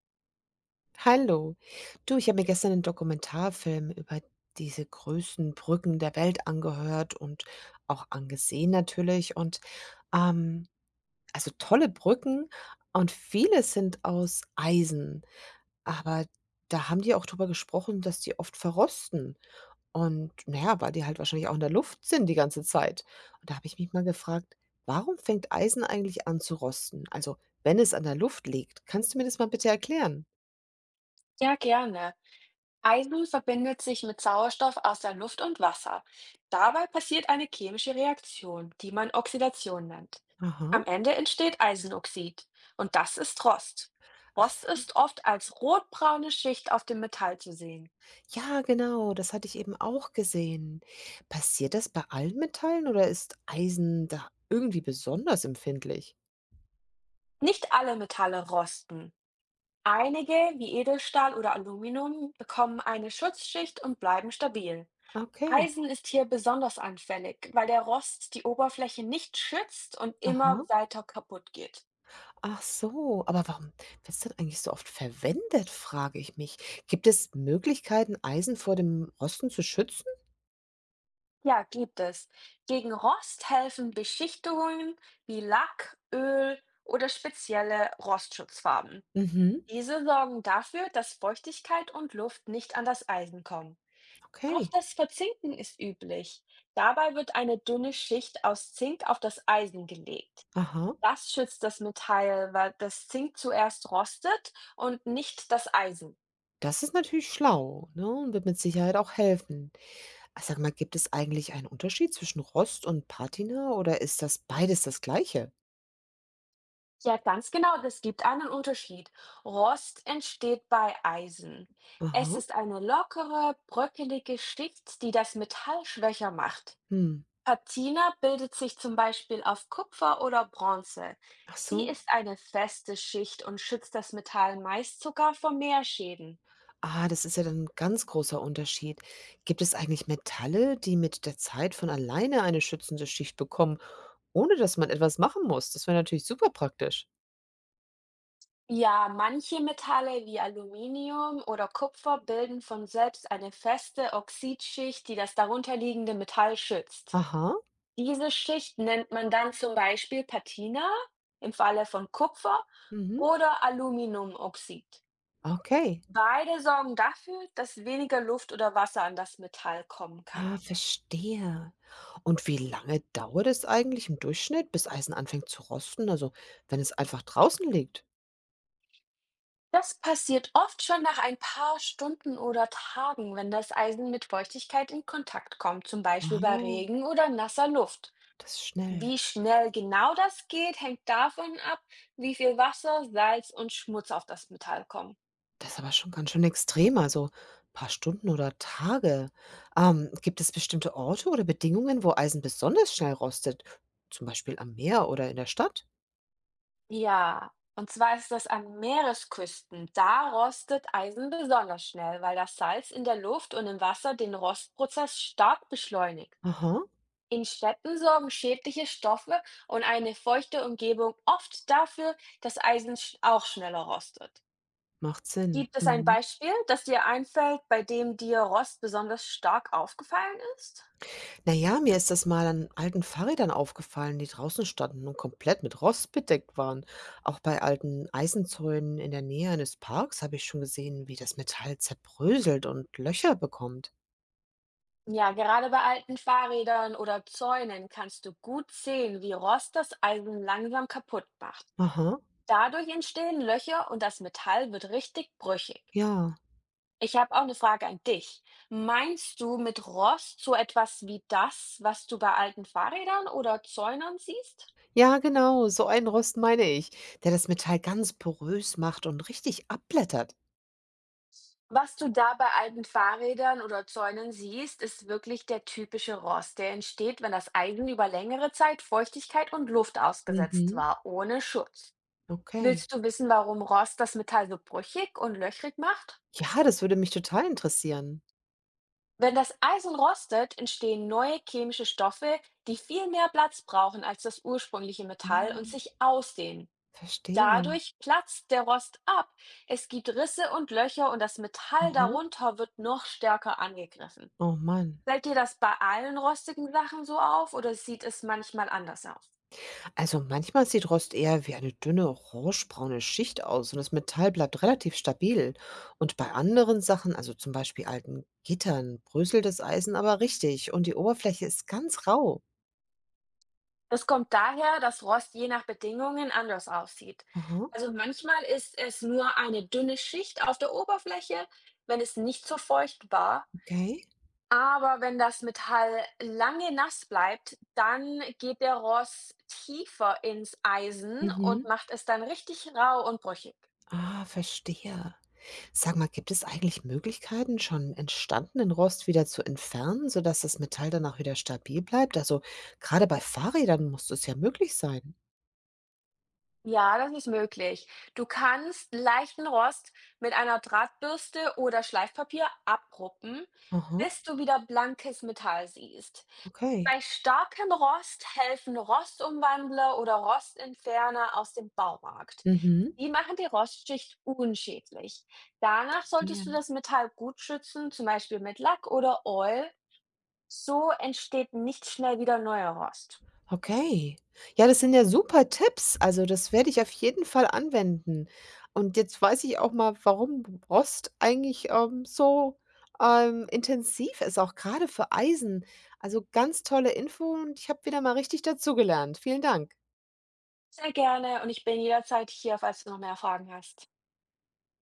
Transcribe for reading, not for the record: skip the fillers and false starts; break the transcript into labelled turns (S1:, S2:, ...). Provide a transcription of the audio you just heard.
S1: Hallo. Du, ich habe mir gestern 'nen Dokumentarfilm über diese größten Brücken der Welt angehört und auch angesehen natürlich ähm also, tolle Brücken und viele sind aus Eisen, aber da haben die auch drüber gesprochen, dass die oft verrosten und na ja, weil die halt wahrscheinlich auch in der Luft sind die ganze Zeit. Und da habe ich mich mal gefragt: „Warum fängt Eisen eigentlich an zu rosten? Also, wenn es an der Luft liegt?“ Kannst du mir das mal bitte erklären?
S2: Ja, gerne. Eisen verbindet sich mit Sauerstoff aus der Luft und Wasser. Dabei passiert eine chemische Reaktion, die man Oxidation nennt.
S1: Aha.
S2: Am Ende entsteht Eisenoxid und das ist Rost.
S1: Ach
S2: Rost
S1: so.
S2: ist oft als rotbraune Schicht auf dem Metall zu sehen.
S1: Ja, genau, das hatte ich eben auch gesehen. Passiert das bei allen Metallen oder ist Eisen da irgendwie besonders empfindlich?
S2: Nicht alle Metalle rosten. Einige, wie Edelstahl oder Aluminium, bekommen eine Schutzschicht und bleiben stabil.
S1: Okay.
S2: Eisen ist hier besonders anfällig, weil der Rost die Oberfläche nicht schützt und
S1: Aha.
S2: immer weiter kaputt geht.
S1: Ach so, aber warum wird es dann eigentlich so oft verwendet, frage ich mich. Gibt es Möglichkeiten, Eisen vor dem Rosten zu schützen?
S2: Ja, gibt es. Gegen Rost helfen Beschichtungen wie Lack, Öl oder spezielle Rostschutzfarben.
S1: Mhm.
S2: Diese sorgen dafür, dass Feuchtigkeit und Luft nicht an das Eisen kommen. Auch
S1: Okay.
S2: das Verzinken ist üblich. Dabei wird eine dünne Schicht aus Zink auf das Eisen gelegt.
S1: Aha.
S2: Das schützt das Metall, weil das Zink zuerst rostet und nicht das Eisen.
S1: Das ist natürlich schlau, ne? Und wird mit Sicherheit auch helfen. Ah, sag mal, gibt es eigentlich einen Unterschied zwischen Rost und Patina oder ist das beides das Gleiche?
S2: Ja, ganz genau, das gibt einen Unterschied. Rost entsteht bei Eisen. Es
S1: Aha.
S2: ist eine lockere, bröckelige Schicht, die das Metall schwächer macht.
S1: Hm.
S2: Patina bildet sich zum Beispiel auf Kupfer oder Bronze.
S1: Ach
S2: Sie
S1: so.
S2: ist eine feste Schicht und schützt das Metall meist sogar vor Meerschäden.
S1: Ah, das ist ja dann ein ganz großer Unterschied. Gibt es eigentlich Metalle, die mit der Zeit von alleine eine schützende Schicht bekommen, ohne dass man etwas machen muss? Das wäre natürlich super praktisch.
S2: Ja, manche Metalle wie Aluminium oder Kupfer bilden von selbst eine feste Oxidschicht, die das darunterliegende Metall schützt.
S1: Aha,
S2: Diese Schicht nennt man dann zum Beispiel Patina im Falle von Kupfer
S1: mhm,
S2: oder Aluminiumoxid.
S1: okay.
S2: Beide sorgen dafür, dass weniger Luft oder Wasser an das Metall kommen kann.
S1: Ah, verstehe. Und wie lange dauert es eigentlich im Durchschnitt, bis Eisen anfängt zu rosten, also wenn es einfach draußen liegt?
S2: Das passiert oft schon nach ein paar Stunden oder Tagen, wenn das Eisen mit Feuchtigkeit in Kontakt kommt, zum Beispiel bei
S1: Ah,
S2: Regen oder nasser Luft.
S1: das ist schnell.
S2: Wie schnell genau das geht, hängt davon ab, wie viel Wasser, Salz und Schmutz auf das Metall kommen.
S1: Das ist aber schon ganz schön extrem, also ein paar Stunden oder Tage. Gibt es bestimmte Orte oder Bedingungen, wo Eisen besonders schnell rostet? Zum Beispiel am Meer oder in der Stadt?
S2: Ja, und zwar ist das an Meeresküsten. Da rostet Eisen besonders schnell, weil das Salz in der Luft und im Wasser den Rostprozess stark beschleunigt.
S1: Aha,
S2: In Städten sorgen schädliche Stoffe und eine feuchte Umgebung oft dafür, dass Eisen auch schneller rostet.
S1: macht Sinn.
S2: Gibt es ein
S1: Mhm.
S2: Beispiel, das dir einfällt, bei dem dir Rost besonders stark aufgefallen ist?
S1: Naja, mir ist das mal an alten Fahrrädern aufgefallen, die draußen standen und komplett mit Rost bedeckt waren. Auch bei alten Eisenzäunen in der Nähe eines Parks habe ich schon gesehen, wie das Metall zerbröselt und Löcher bekommt.
S2: Ja, gerade bei alten Fahrrädern oder Zäunen kannst du gut sehen, wie Rost das Eisen langsam kaputt macht.
S1: Aha,
S2: Dadurch entstehen Löcher und das Metall wird richtig brüchig.
S1: ja.
S2: Ich habe auch eine Frage an dich. Meinst du mit Rost so etwas wie das, was du bei alten Fahrrädern oder Zäunen siehst?
S1: Ja, genau, so einen Rost meine ich, der das Metall ganz porös macht und richtig abblättert.
S2: Was du da bei alten Fahrrädern oder Zäunen siehst, ist wirklich der typische Rost, der entsteht, wenn das Eisen über längere Zeit Feuchtigkeit und Luft ausgesetzt
S1: Mhm,
S2: war, ohne Schutz.
S1: okay.
S2: Willst du wissen, warum Rost das Metall so brüchig und löchrig macht?
S1: Ja, das würde mich total interessieren.
S2: Wenn das Eisen rostet, entstehen neue chemische Stoffe, die viel mehr Platz brauchen als das ursprüngliche Metall und
S1: Ah,
S2: sich ausdehnen.
S1: verstehe.
S2: Dadurch platzt der Rost ab. Es gibt Risse und Löcher und das Metall
S1: Mhm.
S2: darunter wird noch stärker angegriffen.
S1: Oh Mann.
S2: Fällt dir das bei allen rostigen Sachen so auf oder sieht es manchmal anders aus?
S1: Also manchmal sieht Rost eher wie eine dünne orangebraune Schicht aus und das Metall bleibt relativ stabil. Und bei anderen Sachen, also zum Beispiel alten Gittern, bröselt das Eisen aber richtig und die Oberfläche ist ganz rau.
S2: Das kommt daher, dass Rost je nach Bedingungen anders aussieht.
S1: Aha,
S2: Also manchmal ist es nur eine dünne Schicht auf der Oberfläche, wenn es nicht so feucht war.
S1: okay.
S2: Aber wenn das Metall lange nass bleibt, dann geht der Rost tiefer ins Eisen und
S1: Mhm.
S2: macht es dann richtig rau und brüchig.
S1: Ah, verstehe. Sag mal, gibt es eigentlich Möglichkeiten, schon entstandenen Rost wieder zu entfernen, sodass das Metall danach wieder stabil bleibt? Also gerade bei Fahrrädern muss das ja möglich sein.
S2: Ja, das ist möglich. Du kannst leichten Rost mit einer Drahtbürste oder Schleifpapier abruppen,
S1: Aha,
S2: bis du wieder blankes Metall siehst.
S1: okay.
S2: Bei starkem Rost helfen Rostumwandler oder Rostentferner aus dem Baumarkt.
S1: Mhm.
S2: Die machen die Rostschicht unschädlich. Danach
S1: Verstehe.
S2: solltest du das Metall gut schützen, zum Beispiel mit Lack oder Oil. So entsteht nicht schnell wieder neuer Rost.
S1: Okay. Ja, das sind ja super Tipps. Also das werde ich auf jeden Fall anwenden. Und jetzt weiß ich auch mal, warum Rost eigentlich so intensiv ist, auch gerade für Eisen. Also ganz tolle Info und ich habe wieder mal richtig dazugelernt. Vielen Dank.
S2: Sehr gerne und ich bin jederzeit hier, falls du noch mehr Fragen hast.